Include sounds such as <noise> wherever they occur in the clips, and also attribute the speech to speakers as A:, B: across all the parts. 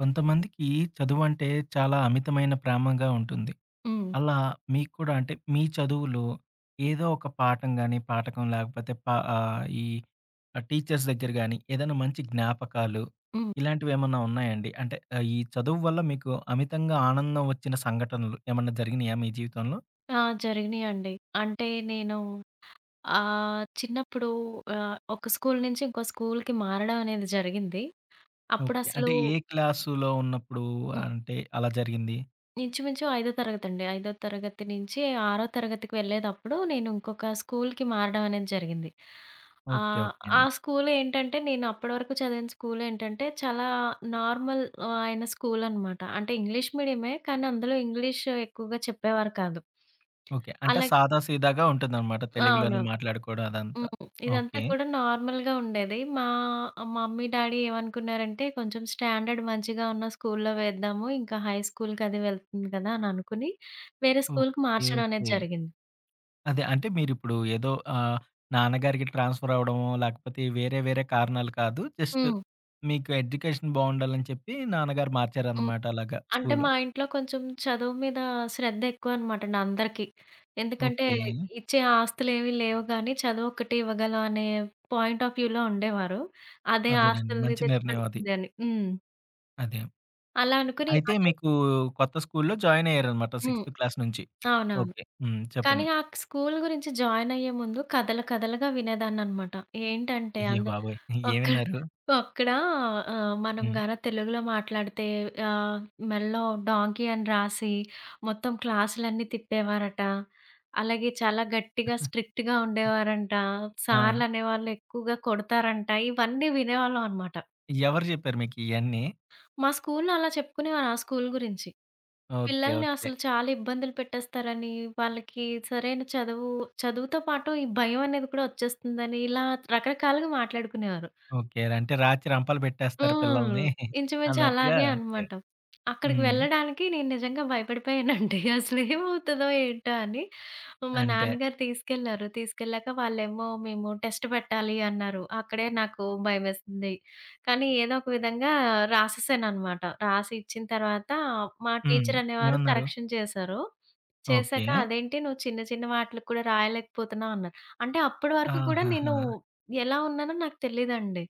A: కొంతమందికి చదువంటే చాలా అమితమైన ప్రేమగా ఉంటుంది.
B: హ్మ్.
A: అలా మీకు కూడా అంటే మీ చదువులో ఏదో ఒక పాఠం గాని, పాఠకం లేకపోతే ఈ టీచర్స్ దగ్గర గాని ఏదైనా మంచి జ్ఞాపకాలు
B: హ్మ్.
A: ఇలాంటివేమన్నా ఉన్నాయండి? అంటే ఈ చదువు వల్ల మీకు అమితంగా ఆనందం వచ్చిన సంఘటనలు ఏమన్నా జరిగినాయా మీ జీవితంలో?
B: ఆ, జరిగినియండి. అంటే నేను చిన్నప్పుడు ఒక స్కూల్ నుంచి ఇంకో స్కూల్‌కి మారడం అనేది జరిగింది.
A: ఓకే.
B: అప్పుడసలు
A: అంటే ఏ క్లాస్‌లో ఉన్నప్పుడు
B: హ్మ్.
A: అంటే అలా జరిగింది?
B: ఇంచుమించు ఐదో తరగతండి. ఐదో తరగతి నుంచి ఆరో తరగతికి వెళ్ళేదప్పుడు నేను ఇంకొక స్కూల్‌కి మారడం అనేది జరిగింది.
A: ఓకే.
B: ఆహ్,
A: ఓకే
B: ఆ
A: అండి.
B: స్కూల్ ఏంటంటే నేను అప్పటి వరకు చదివిన స్కూల్ ఏంటంటే చాలా నార్మల్ అయిన స్కూల్ అనమాట. అంటే ఇంగ్లీష్ మీడియమే కానీ అందులో ఇంగ్లీష్ ఎక్కువగా చెప్పేవారు కాదు.
A: ఓకే. అంటే
B: అలా
A: సాదా సీదాగా ఉంటుందన్నమాట,
B: అవును.
A: తెలుగులోనే మాట్లాడుకోవడం అదంతా.
B: హ్మ్. ఇదంతా
A: ఓకే.
B: కూడా నార్మల్‌గా ఉండేది. మా మమ్మీ, డ్యాడీ ఏమనుకున్నారంటే కొంచెం స్టాండర్డ్ మంచిగా ఉన్న స్కూల్‌లో వేద్దాము. ఇంకా హై స్కూల్‌కి అది వెళ్తుంది కదా అని అనుకుని వేరే స్కూల్‌కి
A: ఓకే.
B: మార్చడం అనేది
A: ఓకే.
B: జరిగింది.
A: అదే. అంటే మీరిప్పుడు ఏదో నాన్నగారికి ట్రాన్స్‌ఫర్ అవ్వడమో, లేకపోతే వేరే వేరే కారణాలు కాదు. జస్ట్
B: హ్మ్.
A: మీకు ఎడ్యుకేషన్ బావుండాలని చెప్పి నాన్నగారు
B: హ్మ్.
A: మార్చారన్నమాట అలాగా
B: అంటే
A: స్కూలు.
B: మా ఇంట్లో కొంచెం చదువు మీద శ్రద్ధ ఎక్కువనమాటండి అందరికీ. ఎందుకంటే
A: ఓకే.
B: ఇచ్చే ఆస్తులేవి లేవు గానీ చదువు ఒక్కటి ఇవ్వగలం అనే పాయింట్ ఆఫ్ వ్యూలో ఉండేవారు. అదే
A: అదేనండి.
B: ఆస్తుల్ని
A: మంచి నిర్ణయం అది.
B: తెచ్చిపెడుతుంది అని. హ్మ్.
A: అదే.
B: అలా అనుకుని
A: అయితే
B: అంటే
A: మీకు కొత్త స్కూల్లో జాయిన్ అయ్యారన్నమాట
B: హ్మ్.
A: 6థ్ క్లాస్ నుంచి.
B: అవునవును.
A: ఓకే. హ్మ్.
B: కానీ
A: చెప్పండి.
B: ఆ స్కూల్ గురించి జాయిన్ అయ్యే ముందు కథలు కథలుగా వినేదాన్ననమాట. ఏంటంటే
A: అయ్య
B: అంద
A: బాబోయ్!
B: అక్కడ
A: ఏమన్నారు?
B: అక్కడ మనం
A: హ్మ్.
B: గాన తెలుగులో మాట్లాడితే ఆహ్, మెడలో డాంకీ అని రాసి మొత్తం క్లాసులన్నీ తిప్పేవారట. అలాగే చాలా గట్టిగా స్ట్రిక్ట్‌గా ఉండేవారంట.
A: ఆ!
B: సార్లు అనేవాళ్ళు ఎక్కువగా కొడతారంట. ఇవన్నీ వినేవాళ్ళం అనమాట.
A: ఎవరు చెప్పారు మీకు ఇయన్నీ?
B: మా స్కూల్‌లో అలా చెప్పుకునేవారు ఆ స్కూల్ గురించి.
A: ఓకే.
B: పిల్లల్ని
A: ఓకే.
B: అసలు చాలా ఇబ్బందులు పెట్టేస్తారని, వాళ్ళకి సరైన చదువు చదువుతో పాటు ఈ భయం అనేది కూడా వచ్చేస్తుందని, ఇలా రకరకాలుగా మాట్లాడుకునేవారు.
A: ఓకే. అంటే రాచి రంపాలు పెట్టేస్తారు
B: హ్మ్.
A: పిల్లల్ని. <laughs>
B: ఇంచుమించు
A: అన్నట్టుగా
B: అలాగే
A: ఓకే.
B: అన్నమాట. అక్కడికి
A: హ్మ్.
B: వెళ్ళడానికి నేను నిజంగా భయపడిపోయానండి. <laughs> అసలు ఏమవుతదో ఏంటో అని. మా
A: అంటే
B: నాన్నగారు తీసుకెళ్లారు. తీసుకెళ్ళాక వాళ్ళేమో మేము టెస్ట్ పెట్టాలి అన్నారు. అక్కడే నాకు భయమేసింది. కానీ ఏదో ఒక విధంగా రాసేసానన్నమాట. రాసి ఇచ్చిన తర్వాత మా
A: హ్మ్.
B: టీచర్ అనేవారు
A: ఏమన్నారు?
B: కరెక్షన్ చేశారు.
A: ఓకే.
B: చేశాక అదేంటి నువ్వు చిన్న చిన్న వాటిలకి కూడా రాయలేకపోతున్నావు అన్నారు. అంటే అప్పటి వరకు కూడా నేను
A: ఆహాహా!
B: ఎలా ఉన్నానో నాకు తెలీదండి.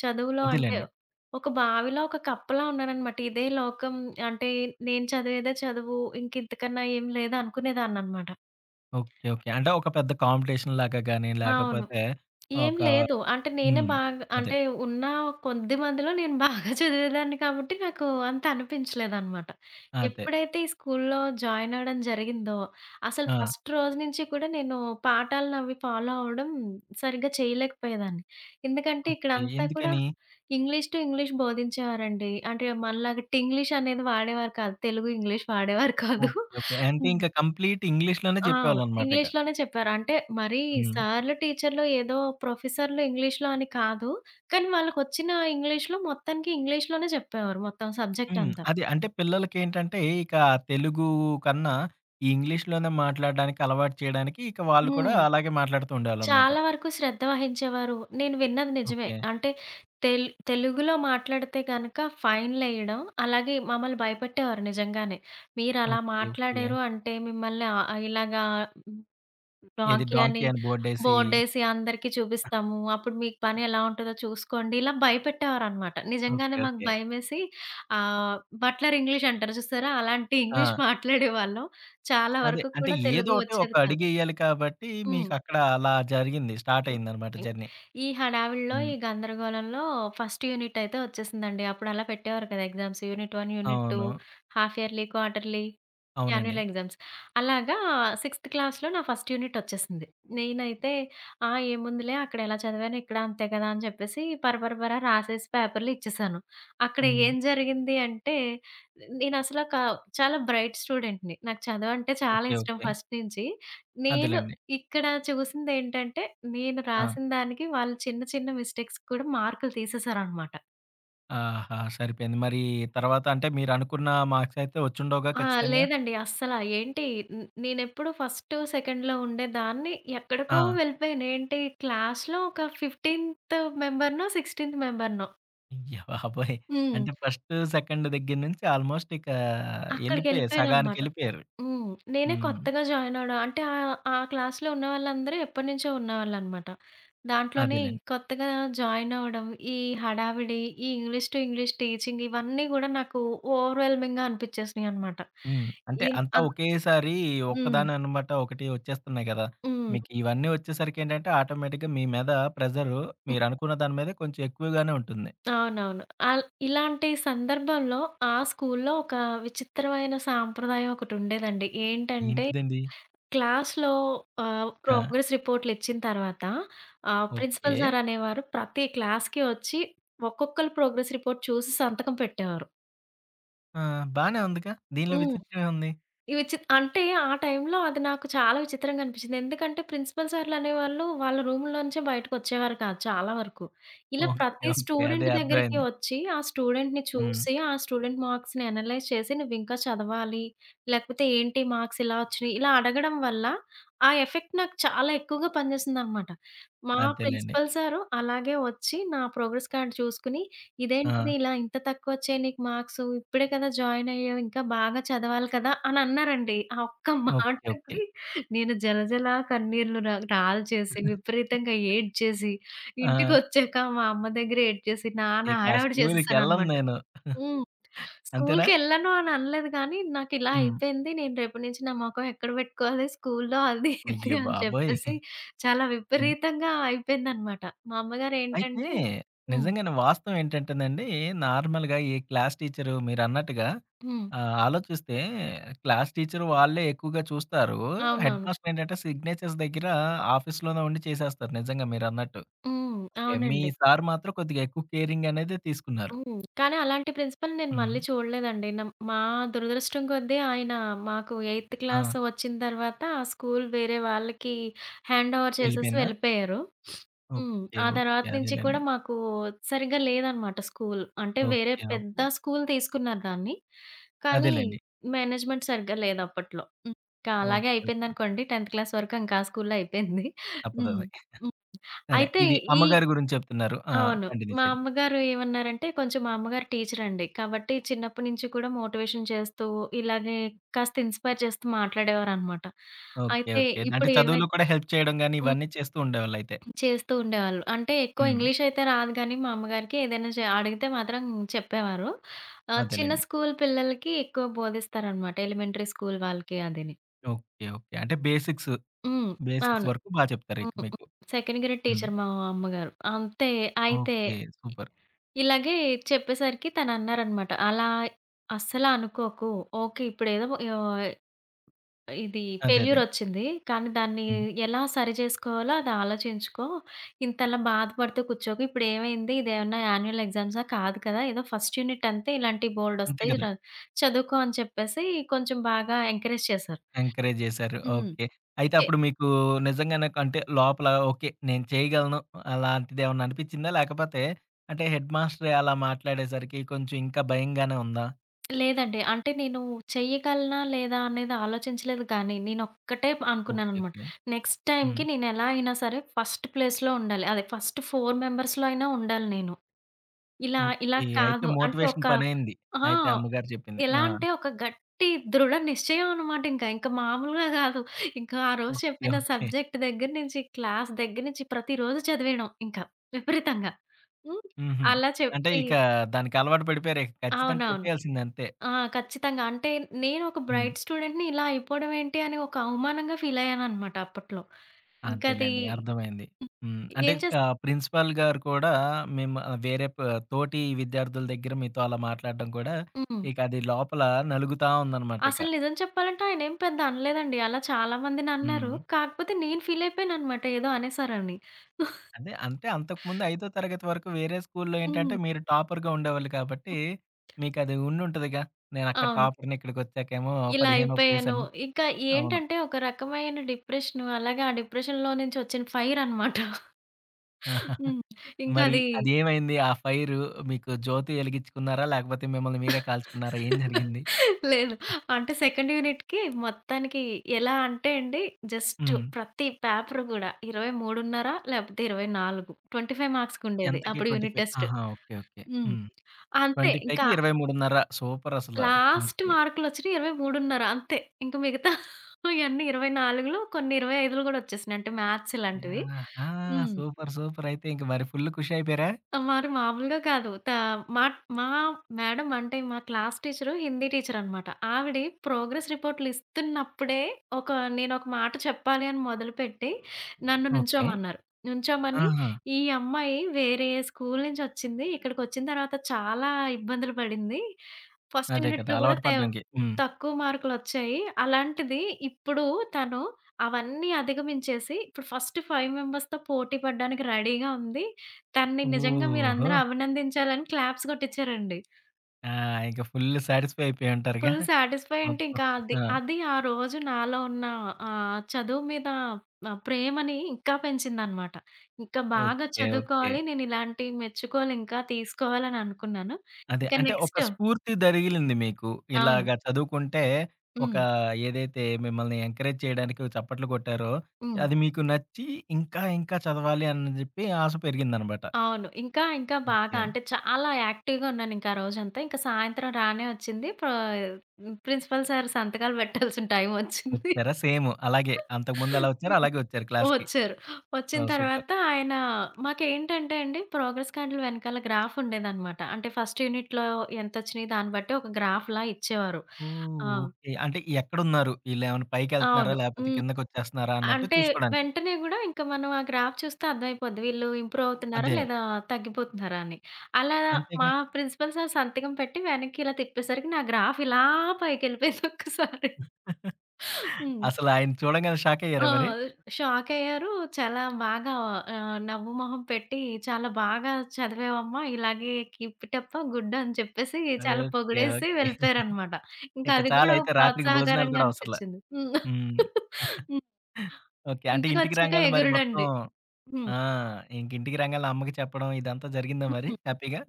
B: చదువులో అంటే
A: అదేలెండి.
B: ఒక బావిలో ఒక కప్పలా ఉన్నాననమాట. ఇదే లోకం అంటే నేను చదివేదే చదువు ఇంకింతకన్నా ఏం లేదనుకునేదాన్ననమాట.
A: ఓకే. ఓకే. అంటే ఒక పెద్ద కాంపిటీషన్‌లాగా గాని,
B: అవును.
A: లేకపోతే
B: ఏం
A: ఒక
B: లేదు. అంటే నేనే
A: హ్మ్.
B: బాగా
A: అదే.
B: అంటే ఉన్న కొద్ది మందిలో నేను బాగా <laughs> చదివేదాన్ని కాబట్టి నాకు అంత అనిపించలేదనమాట.
A: అదే.
B: ఎప్పుడైతే ఈ స్కూల్‌లో జాయిన్ అవ్వడం జరిగిందో, అసలు
A: ఆ!
B: ఫస్ట్ రోజు నుంచి కూడా నేను పాఠాలనవి ఫాలో అవ్వడం సరిగ్గా చేయలేకపోయేదాన్ని. ఎందుకంటే
A: ఓకే.
B: ఇక్కడంతా కూడా
A: ఎందుకని?
B: ఇంగ్లీష్ టు ఇంగ్లీష్ బోధించేవారండి. అంటే మనలాగా టింగ్లీష్ అనేది వాడేవారు కాదు. తెలుగు, ఇంగ్లీష్ వాడేవారు కాదు.
A: ఓకే. ఓకే. అంటే ఇంకా కంప్లీట్ ఇంగ్లీష్‌లోనే
B: ఆ,
A: చెప్పేవాళ్ళనమాట ఇక.
B: ఇంగ్లీష్‌లోనే చెప్పారు. అంటే మరీ
A: హ్మ్.
B: సార్‌లు, టీచర్‌లు ఏదో ప్రొఫెసర్‌లు ఇంగ్లీష్‌లో అని కాదు. కానీ వాళ్ళకొచ్చిన ఇంగ్లీష్‌లో మొత్తానికి ఇంగ్లీష్‌లోనే చెప్పేవారు మొత్తం సబ్జెక్ట్
A: హ్మ్.
B: అంతా.
A: అదే. అంటే పిల్లలకేంటంటే ఇక తెలుగు కన్నా ఈ ఇంగ్లీష్‌లోనే మాట్లాడడానికి అలవాటు చేయడానికి ఇక వాళ్ళు కూడా
B: హ్మ్.
A: అలాగే మాట్లాడుతూ ఉండేవాళ్ళనమాట.
B: చాలా వరకు శ్రద్ధ వహించేవారు. నేను విన్నది నిజమే.
A: ఓకే.
B: అంటే తెలుగులో మాట్లాడితే గనక ఫైన్‌లేయడం, అలాగే మమ్మల్ని భయపెట్టేవారు నిజంగానే. మీరలా
A: ఓకే. ఓకే.
B: మాట్లాడారు అంటే మిమ్మల్ని ఇలాగా
A: ఏది డాంకీ
B: రాకీయని
A: అని బోర్డేసి
B: బోర్డేసి అందరికి చూపిస్తాము. అప్పుడు మీకు పని ఎలా ఉంటదో చూసుకోండి. ఇలా భయపెట్టేవారనమాట.
A: ఓకే.
B: నిజంగానే మాకు
A: ఓకే.
B: భయమేసి ఆహ్, బట్లర్ ఇంగ్లీష్ అంటారు చూసారా? అలాంటి ఇంగ్లీష్
A: ఆ!
B: మాట్లాడేవాళ్ళం. చాలా
A: అదే.
B: వరకు
A: అంటే
B: కూడా
A: ఏదో
B: తెలుగు
A: ఒకటి ఒక
B: వచ్చేది కాదు.
A: అడుగేయాలి కాబట్టి
B: హ్మ్.
A: మీకక్కడ అలా జరిగింది. స్టార్ట్ అయిందనమాట
B: హ్మ్.
A: జర్నీ.
B: ఈ హడావిడిలో,
A: హ్మ్.
B: ఈ గందరగోళంలో ఫస్ట్ యూనిట్ అయితే వచ్చేసిందండి. అప్పుడు అలా పెట్టేవారు కదా. ఎగ్జామ్స్ యూనిట్ 1, యూనిట్ 2,
A: అవును.
B: Half yearly, quarterly.
A: అవునండి.
B: Annual exams. అలాగా 6థ్ క్లాస్‌లో నా ఫస్ట్ యూనిట్ ఒచ్చేసింది. నేనైతే ఆ, ఏముందిలే అక్కడ ఎలా చదివాను, ఇక్కడ అంతే కదా అని చెప్పేసి పరపరపరా రాసేసి పేపర్‌లో ఇచ్చేసాను. అక్కడ
A: హ్మ్.
B: ఏం జరిగింది అంటే, నేనసల ఒక చాలా బ్రైట్ స్టూడెంట్‌ని. నాకు చదువంటే చాలా
A: ఓకే.
B: ఇష్టం
A: ఓకే.
B: ఫస్ట్ నుంచి. నేను
A: అదేలెండి.
B: ఇక్కడ చూసిందేంటంటే, నేను
A: ఆ!
B: రాసిన దానికి వాళ్ళు చిన్న చిన్న మిస్టేక్స్‌కి కూడా మార్కులు తీసేసారనమాట.
A: ఆహా! సరిపోయింది. మరి తర్వాత అంటే మీరనుకున్న మార్క్స్ అయితే వచ్చుండవుగా
B: ఆ,
A: ఖచ్చితంగా?
B: లేదండి అస్సల. ఏంటి న్ నేనెప్పుడు ఫస్ట్, సెకండ్‌లో ఉండేదాన్ని. ఎక్కడికో
A: ఆ!
B: వెళ్ళిపోయాను. ఏంటి క్లాస్‌లో ఒక 15థ్ మెంబర్‌నో, 16థ్ మెంబర్‌నో.
A: అయ్య బాబోయ్!
B: హ్మ్.
A: అంటే ఫస్ట్, సెకండ్ దగ్గర నుంచి ఆల్మోస్ట్ ఇక ఎళ్ళిపోయారు.
B: అక్కడికెళ్ళిపోయాననమాట.
A: సగానికెళ్ళిపోయారు.
B: హ్మ్. నేనే
A: హ్మ్.
B: కొత్తగా జాయిన్ అవ్వడం. అంటే ఆ క్లాస్‌లో ఉన్న వాళ్ళందరూ ఎప్పటినుంచో ఉన్నవాళ్ళనమాట. దాంట్లోనే
A: అదేలెండి.
B: కొత్తగా జాయిన్ అవ్వడం, ఈ హడావిడి, ఈ ఇంగ్లీష్ టు ఇంగ్లీష్ టీచింగ్ ఇవన్నీ గూడా నాకు ఓవర్‌వెల్మింగ్‌గా అనిపిచ్చేసినియనమాట.
A: హ్మ్. అంటే
B: ఇన్
A: అంతా
B: అన్
A: ఒకేసారి
B: హ్మ్.
A: ఒక్కదాని అనమాట ఒకటి వచ్చేస్తున్నాయి కదా!
B: హ్మ్.
A: మీకు ఇవన్నీ వచ్చేసరికేంటంటే ఆటోమేటిక్‌గా మీ మీద ప్రెషరు మీరనుకున్న దాని మీదే కొంచెం ఎక్కువగానే ఉంటుంది.
B: అవునవును. ఆల్ ఇలాంటి సందర్భంలో ఆ స్కూల్లో ఒక విచిత్రమైన సాంప్రదాయం ఒకటుండేదండి. ఏంటంటే
A: ఏంటిదండి?
B: క్లాస్‌లో
A: ఆ!
B: ప్రోగ్రెస్ రిపోర్ట్‌లిచ్చిన తర్వాత
A: ఓకే.
B: ప్రిన్సిపల్ సార్ అనేవారు ప్రతి క్లాస్‌కి వచ్చి ఒక్కొక్కళ్ళు ప్రోగ్రెస్ రిపోర్ట్ చూసి సంతకం పెట్టేవారు.
A: ఆ! బానే ఉందిగా! దీనిలో విచిత్రమేముంది?
B: ఈ విచి అంటే ఆ టైంలో అది నాకు చాలా విచిత్రంగా అనిపించింది. ఎందుకంటే ప్రిన్సిపల్ సార్‌లనేవాళ్ళు వాళ్ళ రూమ్‌లోంచే బయటకొచ్చేవారు కాదు చాలా వరకు. ఇలా
A: ఓకే.
B: ప్రతి
A: ఓకే. అదే
B: స్టూడెంట్ దగ్గరికి
A: అర్థమైంది.
B: వచ్చి, ఆ స్టూడెంట్‌ని
A: హ్మ్.
B: చూసి, ఆ స్టూడెంట్ మార్క్స్‌ని అనలైజ్ చేసి, "నువ్వింకా చదవాలి, లేకపోతే ఏంటి మార్క్స్ ఇలా వచ్చినాయి?" ఇలా అడగడం వల్ల ఆ ఎఫెక్ట్ నాకు చాలా ఎక్కువగా పనిచేసిందనమాట. మా
A: అదేలెండి.
B: ప్రిన్సిపల్ సారు అలాగే వచ్చి నా ప్రోగ్రెస్ కార్డ్ చూసుకొని
A: ఆ!
B: ఇదేంటిది ఇలా ఇంత తక్కువొచ్చాయి నీకు మార్క్సు. ఇప్పుడే కదా జాయినయ్యావు. ఇంకా బాగా చదవాలి కదా అని అన్నారండి. ఆ ఒక్క
A: ఓకే. ఓకే.
B: <laughs> మాటకి నేను జలజల కన్నీళ్లు రాల్చేసి, విపరీతంగా ఏడ్చేసి,
A: ఆ!
B: ఇంటికొచ్చాక మా అమ్మ దగ్గర ఏడ్చేసి, నానా
A: ఇక
B: హడావిడి
A: స్కూలుకెళ్ళను
B: చేసేసాననమాట.
A: నేను.
B: హ్మ్.
A: అంతేనా?
B: స్కూలుకెళ్ళను అని అనలేదు కానీ, నాకిలా
A: హ్మ్.
B: అయిపోయింది. నేను రేపటి నుంచి నా మొఖం ఎక్కడ పెట్టుకోవాలి స్కూలులో అది ఇది
A: అయ్య
B: అని
A: బాబోయ్!
B: చెప్పేసి, చాలా
A: హ్మ్.
B: విపరీతంగా అయిపోయిందనమాట. మా
A: అయితే
B: అమ్మగారేంటంటే హ్మ్.
A: నిజంగానే వాస్తవం ఏంటంటేనండి, నార్మల్‌గా ఈ క్లాస్ టీచరు మీరన్నట్టుగా
B: హ్మ్.
A: ఆలోచిస్తే క్లాస్ టీచరు వాళ్ళే ఎక్కువగా చూస్తారు. హెడ్
B: అవునవును.
A: మాస్టర్ ఏంటంటే సిగ్నేచర్స్ దగ్గర ఆఫీస్‌లోనే ఉండి చేసేస్తారు నిజంగా మీరన్నట్టు.
B: హ్మ్.
A: ఓకే. మీ
B: అవునండి.
A: సార్ మాత్రం కొద్దిగా ఎక్కువ కేరింగ్ అనేది తీసుకున్నారు.
B: హ్మ్. కానీ అలాంటి ప్రిన్సిపల్‌ని నేను
A: హ్మ్.
B: మళ్ళీ చూడలేదండి. మా దురదృష్టం కొద్దీ ఆయన మాకు ఎయిత్
A: ఆ!
B: క్లాస్ వచ్చిన తర్వాత ఆ స్కూల్ వేరే వాళ్ళకి హ్యాండ్ ఓవర్ చేసేసి
A: వెళ్ళిపోయిందా?
B: వెళ్ళిపోయారు. హ్మ్.
A: ఓకే.
B: ఆ
A: ఓకే.
B: తర్వాత నుంచి కూడా
A: అదేలెండి.
B: మాకు సరిగ్గా లేదనమాట స్కూల్. అంటే వేరే
A: ఓకే.
B: పెద్ద
A: ఓకే.
B: స్కూల్ తీసుకున్నారు దాన్ని. కానీ
A: అదేలెండి.
B: మేనేజ్‌మెంట్ సరిగ్గా లేదు అప్పట్లో. హ్మ్. ఇంకా అలాగే
A: ఓకే. ఓకే.
B: అయిపోయిందనుకోండి 10థ్ క్లాస్ వరకు ఇంకా ఆ స్కూలే అయిపోయింది. హ్మ్.
A: తప్పదది.
B: హ్మ్.
A: సరే.
B: అయితే
A: ఇది
B: ఈ
A: అమ్మగారి గురించి చెప్తున్నారు. ఆ!
B: అవును.
A: కంటిన్యూ
B: మా
A: చేయండి.
B: అమ్మగారు ఏమన్నారంటే కొంచెం మా అమ్మగారు టీచరండి. కాబట్టి చిన్నప్పటి నుంచి కూడా మోటివేషన్ చేస్తూ, ఇలాగే కాస్త ఇన్‌స్పైర్ చేస్తూ మాట్లాడేవారనమాట.
A: ఓకే.
B: అయితే
A: ఓకే. అంటే
B: ఇప్పుడు ఏమై
A: చదువులో కూడా హెల్ప్ చేయడం గాని,
B: హ్మ్.
A: ఇవన్నీ చేస్తూ ఉండేవాళ్ళయితే.
B: చేస్తూ ఉండేవాళ్ళు. అంటే ఎక్కువ
A: హ్మ్.
B: ఇంగ్లీష్ అయితే రాదు గానీ మా అమ్మగారికి ఏదైనా అడిగితే మాత్రం చెప్పేవారు. చిన్న
A: అదేలెండి.
B: స్కూల్ పిల్లలకి ఎక్కువ బోధిస్తారనమాట. ఎలిమెంటరీ స్కూల్ వాళ్ళకి అదిని.
A: ఓకే. ఓకే. అంటే బేసిక్స్,
B: హ్మ్.
A: బేసిక్స్
B: అవును.
A: వరకు బా చెప్తారిక
B: హ్మ్. హ్మ్.
A: మీకు.
B: సెకండ్ గ్రేడ్
A: హ్మ్.
B: టీచర్ మా అమ్మగారు. అంతే అయితే
A: ఓకే. సూపర్.
B: ఇలాగే చెప్పేసరికి తనన్నారనమాట. "అలా అస్సలు అనుకోకు. ఓకే. ఇప్పుడేదో ఆహ్, ఇది
A: అదే. అదే.
B: ఫెయిల్యూరొచ్చింది. కానీ దాన్ని
A: హ్మ్.
B: ఎలా సరి చేసుకోవాలో అది ఆలోచించుకో. ఇంతలా బాధపడుతూ కూర్చోకు. ఇప్పుడేమైంది? ఇదేమన్నా యాన్యుయల్ ఎగ్జామ్సా? కాదు కదా! ఏదో ఫస్ట్ యూనిట్ అంతే ఇలాంటి
A: అంతే
B: బోలెడొస్తాయి.
A: కదా!
B: చదువుకో" అని చెప్పేసి కొంచెం బాగా ఎంకరేజ్ చేశారు.
A: ఎంకరేజ్ చేశారు.
B: హ్మ్.
A: ఓకే. అయితే అప్పుడు మీకు నిజంగానే అంటే లోపల ఓకే. నేను చేయగలను అలాంటిదేమన్నా అనిపిచ్చిందా? లేకపోతే అంటే హెడ్ మాస్టర్ అలా మాట్లాడేసరికి కొంచెం ఇంకా భయంగానే ఉందా?
B: లేదండి. అంటే నేను చెయ్యగలనా? లేదా? అనేది ఆలోచించలేదు కానీ, నేనొక్కటే
A: ఓకే. ఓకే.
B: అనుకున్నాననమాట. నెక్స్ట్
A: హ్మ్.
B: టైమ్‌కి నేనెలా అయినా సరే ఫస్ట్ ప్లేస్‌లో ఉండాలి. అదే ఫస్ట్ 4 మెంబర్స్‌లో అయినా ఉండాలి నేను. ఇలా ఇలా
A: ఓకే. అయితే
B: కాదు. అంటే ఒక
A: మోటివేషన్ పనైంది.
B: ఆ,
A: అయితే అమ్మగారు చెప్పింది.
B: ఎలా
A: ఆ!
B: అంటే ఒక గట్టి దృఢ నిశ్చయం అనమాట ఇంకా. ఇంకా మామూలుగా కాదు. ఇంకా ఆ రోజు
A: ఓకే.
B: చెప్పిన
A: ఓకే.
B: సబ్జెక్ట్ దగ్గర నుంచి, క్లాస్ దగ్గర నుంచి ప్రతిరోజు చదివేయడం ఇంకా విపరీతంగా. హ్మ్.
A: హుహు.
B: అలా
A: అంటే
B: చెప్పి
A: ఇక దానికి అలవాటు పడిపోయారు. ఇక ఖచ్చితంగా
B: అవునవును.
A: కొట్టేయాల్సింది అంతే.
B: ఆ, ఖచ్చితంగా. అంటే నేను ఒక
A: హ్మ్.
B: బ్రైట్ స్టూడెంట్‌ని ఇలా అయిపోవడం ఏంటి అని ఒక అవమానంగా ఫీల్ అయ్యాననమాట అప్పట్లో. ఇంకది
A: అంతేలెండి. అర్థమైంది.
B: హ్మ్.
A: హ్మ్. అంటే
B: ఏం చేస్
A: ప్రిన్సిపాల్ గారు కూడా మేము ఆ, వేరే ప తోటి విద్యార్థుల దగ్గర మీతో అలా మాట్లాడడం కూడా
B: హ్మ్.
A: ఇక అది లోపల నలుగుతా ఉందనమాట ఇక.
B: అసలు నిజం చెప్పాలంటే ఆయనేం పెద్ద అనలేదండి. అలా చాలా మందినన్నారు.
A: హ్మ్.
B: కాకపోతే నేను ఫీల్ అయిపోయాననమాట ఏదో అనేసారని.
A: అదే అంటే అంతకుముందు ఐదో తరగతి వరకు వేరే స్కూల్లో ఏంటంటే
B: హ్మ్.
A: మీరు టాపర్‌గా ఉండేవాళ్ళు కాబట్టి మీకది ఉండుంటదిగా. నేనక్కడ
B: అవును.
A: టాపర్‌ని ఇక్కడికొచ్చాకేమో
B: ఇలా
A: 15వ ప్లేస్
B: అయిపోయాను.
A: అని.
B: ఇంకా ఏంటంటే ఒక రకమైన డిప్రెషను అలాగే ఆ డిప్రెషన్‌లో నుంచి వచ్చిన ఫైరనమాట.
A: అవును.
B: హ్మ్.
A: మరి
B: ఇంకది
A: అదేమైంది? ఆ ఫైరు మీకు జ్యోతి ఎలిగించుకున్నారా? లేకపోతే మిమ్మల్ని మీరే కాల్చుకున్నారా? ఏం జరిగింది?
B: లేదు. అంటే సెకండ్ యూనిట్‌కి మొత్తానికి ఎలా అంటే అండి, జస్ట్
A: హ్మ్.
B: ప్రతి పేపర్ గూడా 23:30 లేకపోతే 24 25 మార్క్స్‌కుండేది.
A: ఎంతకి
B: అప్పుడు యూనిట్
A: 25?
B: టెస్ట్.
A: ఆహా! ఓకే. ఓకే.
B: హ్మ్.
A: హ్మ్.
B: అంతే ఇంకా
A: 25కి 23.5 సూపర్ అసల.
B: Last
A: okay.
B: మార్కులొచ్చినయి 23:30 అంతే. ఇంక మిగతా ఇయన్నీ 24లో కొన్ని 25లో గూడా వచ్చేసినయి. అంటే మ్యాథ్స్ ఇలాంటివి.
A: ఆహా!
B: హ్మ్.
A: సూపర్. సూపర్. అయితే ఇంక మరి ఫుల్ ఖుషయిపోయారా?
B: ఆ, వారు మామూలుగా కాదు. మా మా మేడం అంటే మా క్లాస్ టీచరు హిందీ టీచరనమాట. ఆవిడ ప్రోగ్రెస్ రిపోర్ట్‌లు ఇస్తున్నప్పుడే ఒక నేనొక మాట చెప్పాలి అని మొదలుపెట్టి నన్ను
A: ఓకే.
B: నుంచోమన్నారు. నుంచోమని
A: ఆహా!
B: "ఈ అమ్మాయి వేరే స్కూల్ నుంచొచ్చింది. ఇక్కడికొచ్చిన తర్వాత చాలా ఇబ్బందులు పడింది. ఫస్ట్
A: అదే కదా!
B: యూనిట్‌లో గూడా
A: అలవాటు పడ్డానికి. హ్మ్.
B: తక్కువ మార్కులొచ్చాయి. అలాంటిది ఇప్పుడు తను అవన్నీ అధిగమించేసి ఇప్పుడు ఫస్ట్ 5 మెంబర్స్‌తో పోటీ పడడానికి రెడీగా ఉంది. తనని నిజంగా
A: ఓహో!
B: మీరందరూ అభినందించాలని క్లాప్స్ కొట్టించారండి.
A: ఆ! ఇక ఫుల్ సాటిస్ఫై అయిపోయుంటారుగా
B: ఫుల్ సాటిస్ఫై అంటే
A: మొత్తం.
B: ఇంకా అది,
A: ఆ!
B: అది ఆ రోజు నాలో ఉన్న చదువు మీద ప్రేమని ఇంకా పెంచిందనమాట. ఇంకా బాగా
A: ఓకే. ఓకే.
B: చదువుకోవాలి. నేను ఇలాంటి మెచ్చుకోలు ఇంకా తీసుకోవాలని అనుకున్నాను.
A: అదే.
B: ఇంకా
A: అంటే ఒక
B: నెక్స్ట్
A: స్ఫూర్తి దరిగిలింది మీకు.
B: అవును.
A: ఇలాగ చదువుకుంటే ఒక
B: హ్మ్.
A: ఏదైతే మిమ్మల్ని ఎంకరేజ్ చేయడానికి చప్పట్లు కొట్టారో,
B: హ్మ్.
A: అది మీకు నచ్చి ఇంకా ఇంకా చదవాలి అని జెప్పి ఆశ పెరిగిందనమాట.
B: అవును. ఇంకా బాగా
A: ఓకే.
B: అంటే చాలా యాక్టివ్‌గా ఉన్నాను ఇంకా ఆ రోజంతా. ఇంకా సాయంత్రం రానే వచ్చింది. ప్రిన్సిపల్ సార్ సంతకాలు పెట్టాల్సిన టైం వచ్చింది.
A: వచ్చారా? సేమ్ అలాగే. అంతకుముందు ఎలా వచ్చారో అలాగే వచ్చారు క్లాస్‌కి.
B: వచ్చారు. వచ్చిన
A: ఓహ్! సూపర్.
B: తర్వాత ఆయన మాకేంటంటే అండి ప్రోగ్రెస్ కార్డులు వెనకాల గ్రాఫ్ ఉండేదనమాట. అంటే ఫస్ట్ యూనిట్‌లో ఎంతొచ్చినాయి దాన్ని బట్టి ఒక గ్రాఫ్‌లా ఇచ్చేవారు.
A: ఓహ్!
B: ఆ,
A: ఓకే. అంటే ఎక్కడున్నారు? ఈళ్ళేమన్నా పైకెళ్తున్నారా?
B: అవును.
A: లేపోతే
B: హ్మ్.
A: కిందకొచ్చేస్తున్నారా అన్నట్టు
B: అంటే
A: చూసుకోడానికి.
B: వెంటనే గూడా ఇంక మనం ఆ గ్రాఫ్ చూస్తే అర్థమైపోద్ది. వీళ్ళు ఇంప్రూవ్ అవుతున్నారా?
A: అదే.
B: లేదా తగ్గిపోతున్నారా అని. అలా మా
A: అంతేగా.
B: ప్రిన్సిపల్ సార్ సంతకం పెట్టి వెనక్కి ఇలా తిప్పేసరికి నా గ్రాఫ్ ఇలా పైకెళ్ళిపోయింది ఒక్కసారి.
A: <laughs>
B: హ్మ్.
A: అసలు ఆయన చూడంగానే షాకయ్యారా
B: ఆ,
A: మరి?
B: షాకయ్యారు. చాలా బాగా నవ్వు మొహం పెట్టి, "చాలా బాగా చదివావమ్మా. ఇలాగే కీప్ ఇట్ అప్ గుడ్" అని చెప్పేసి చాలా
A: ఓకే.
B: పొగిడేసి
A: ఓకే.
B: వెళ్ళిపోయారనమాట. ఇంకా
A: ఇక
B: అది కూడా
A: చాలయితే రాత్రికి భోజనాలు
B: ప్రోత్సాహకరంగా
A: కూడా అవసరంలా.
B: అనిపిచ్చింది. హ్మ్.
A: హ్మ్.
B: <laughs> హ్మ్.
A: ఓకే. అంటే ఇంటికి
B: ఇంటికొచ్చాక
A: రాంగాల్నే మరి మొత్తం
B: ఎగురుడండి. హ్మ్.
A: ఆ! ఇంక ఇంటికి రాంగాల్నే అమ్మకి చెప్పడం ఇదంతా జరిగిందా మరి
B: హ్మ్.
A: హ్యాపీగా?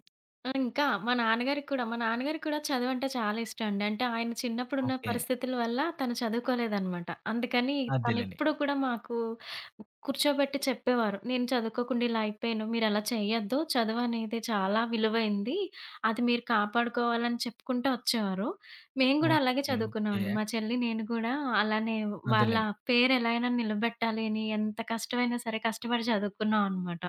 B: ఆ, ఇంకా మా నాన్నగారికి కూడా చదువంటే చాలా ఇష్టం అండి. అంటే ఆయన చిన్నప్పుడున్న
A: ఓకే.
B: పరిస్థితుల వల్ల తను చదువుకోలేదనమాట. అందుకని
A: అదేలెండి.
B: తనెప్పుడూ కూడా మాకు కూర్చోబెట్టి చెప్పేవారు. నేను చదువుకోకుండా ఇలా అయిపోయాను. మీరలా చేయొద్దు. చదువనేది చాలా విలువైంది. అది మీరు కాపాడుకోవాలని చెప్పుకుంటూ వచ్చేవారు. మేము కూడా అలాగే
A: ఓకే. ఓకే.
B: చదువుకున్నామండి. మా చెల్లి, నేను కూడా అలానే వాళ్ళ
A: అదేలెండి.
B: పేరు ఎలా అయినా నిలబెట్టాలి అని ఎంత కష్టమైనా సరే కష్టపడి చదువుకున్నాం అనమాట.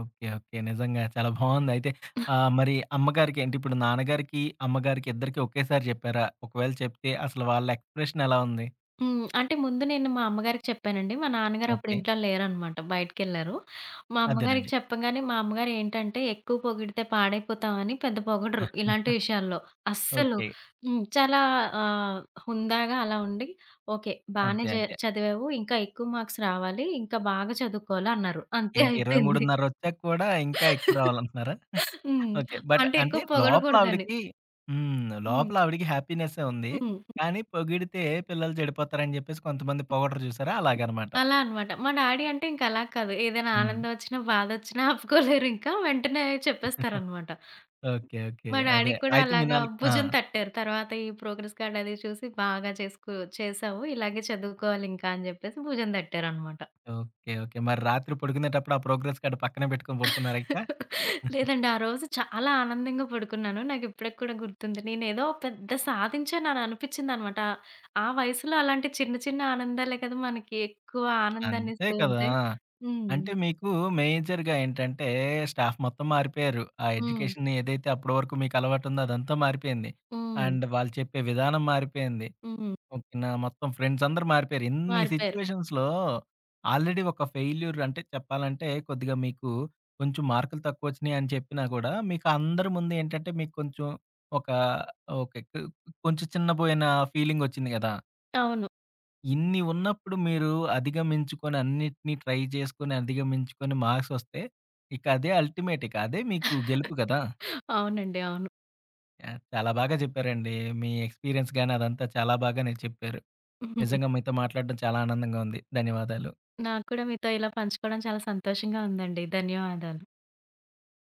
A: ఓకే. ఓకే. నిజంగా చాలా బావుందయితే. మరి అమ్మగారికి అంటే ఇప్పుడు నాన్నగారికి, అమ్మగారికి ఇద్దరికీ ఒకేసారి చెప్పారా? ఒకవేళ చెప్తే అసలు వాళ్ళ ఎక్స్‌ప్రెషన్ ఎలా ఉంది?
B: హ్మ్. అంటే ముందు నేను మా అమ్మగారికి చెప్పానండి. మా నాన్నగారు అప్పుడు
A: ఓకే.
B: ఇంట్లో లేరనమాట. బయటికెళ్లారు. మా అమ్మగారికి
A: అదేనండి.
B: చెప్పగానే మా అమ్మగారు ఏంటంటే ఎక్కువ పొగిడితే పాడైపోతామని పెద్ద
A: ఆ!
B: పొగడరు ఇలాంటి విషయాల్లో. అస్సలు
A: ఓకే.
B: హ్మ్. చాలా ఆహ్, హుందాగా అలా ఉండి ఓకే. బానే
A: అదే.
B: జ
A: అదే.
B: చదివావు. ఇంకా ఎక్కువ మార్క్స్ రావాలి. ఇంకా బాగా చదువుకోవాలి అన్నారు. అంతే
A: ఏంటి
B: అయిపోయింది.
A: 23:30 వచ్చాక కూడా ఇంకా ఎక్కువ
B: <laughs>
A: రావాలంటున్నారా?
B: హ్మ్.
A: ఓకే. బట్
B: అంటే
A: అంటే
B: ఎక్కువ
A: లోపల
B: పొగడకూడదని.
A: ఆవిడకి హ్మ్.
B: హ్మ్.
A: లోపల ఆవిడకి హ్యాపీనెస్సే ఉంది.
B: హ్మ్.
A: కానీ పొగిడితే పిల్లలు చెడిపోతారని చెప్పేసి కొంతమంది పొగడరు చూసారా? అలాగనమాట.
B: అలా అనమాట. మా డాడీ అంటే ఇంక అలా కాదు. ఏదైనా
A: హ్మ్.
B: ఆనందమొచ్చినా, బాధొచ్చినా ఆపుకోలేరింకా. వెంటనే చెప్పేస్తారనమాట.
A: ఓకే. ఓకే.
B: మా డాడీ
A: అదే.
B: కూడా
A: అయితే మీ
B: అలాగా
A: నాన్నకి ఆ!
B: భుజం తట్టారు. తర్వాత ఈ ప్రోగ్రెస్ కార్డ్ అది చూసి బాగా చేశావు. ఇలాగే చదువుకోవాలింకా అని జెప్పేసి భుజం తట్టారనమాట.
A: ఓకే. ఓకే. మరి రాత్రి పడుకునేటప్పుడు ఆ ప్రోగ్రెస్ కార్డ్ పక్కనే పెట్టుకొని పడుకున్నారా ఇక?
B: లేదండి. ఆ రోజు చాలా ఆనందంగా పడుకున్నాను. నాకిప్పటికి కూడా గుర్తుంది. నేనేదో పెద్ద సాధించానని అనిపిచ్చిందనమాట. ఆ వయసులో అలాంటి చిన్న చిన్న ఆనందాలే కదా మనకి ఎక్కువ
A: అంతే
B: ఆనందాన్నిస్తూ
A: కదా!
B: ఉంటాయి. హ్మ్.
A: అంటే మీకు మేజర్‌గా ఏంటంటే స్టాఫ్ మొత్తం మారిపోయారు. ఆ
B: హ్మ్.
A: ఎడ్యుకేషన్ ఏదైతే అప్పటి వరకు మీకు అలవాటుందో అదంతా మారిపోయింది.
B: హ్మ్.
A: అండ్ వాళ్ళు చెప్పే విధానం మారిపోయింది.
B: హ్మ్.
A: ఓకే. నా మొత్తం ఫ్రెండ్స్ అందరూ మారిపోయారు. ఇన్ని
B: మారిపోయారు.
A: సిట్యుయేషన్స్‌లో ఆల్రెడీ ఒక ఫెయిల్యూర్ అంటే చెప్పాలంటే కొద్దిగా మీకు కొంచెం మార్కులు తక్కువొచ్చినాయి అని చెప్పినా గూడా మీకు అందరి ముందు ఏంటంటే మీకు కొంచెం ఒక ఓకే. కొంచెం చిన్నబోయిన ఫీలింగొచ్చింది గదా!
B: అవును.
A: ఇన్ని ఉన్నప్పుడు మీరు అధిగమించుకొని అన్నిటిని ట్రై చేసుకొని అధిగమించుకొని మార్క్సొస్తే ఇక అదే అల్టిమేట్ ఇక అదే మీకు గెలుపు గదా!
B: <laughs> అవునండి. అవును.
A: యాహ్! చాలా బాగా చెప్పారండి. మీ ఎక్స్‌పీరియన్స్ గాని అదంతా చాలా బాగానే చెప్పారు. నిజంగా మీతో మాట్లాడడం చాలా ఆనందంగా ఉంది. ధన్యవాదాలు.
B: నాకు కూడా మీతో ఇలా పంచుకోవడం చాలా సంతోషంగా ఉందండి. ధన్యవాదాలు.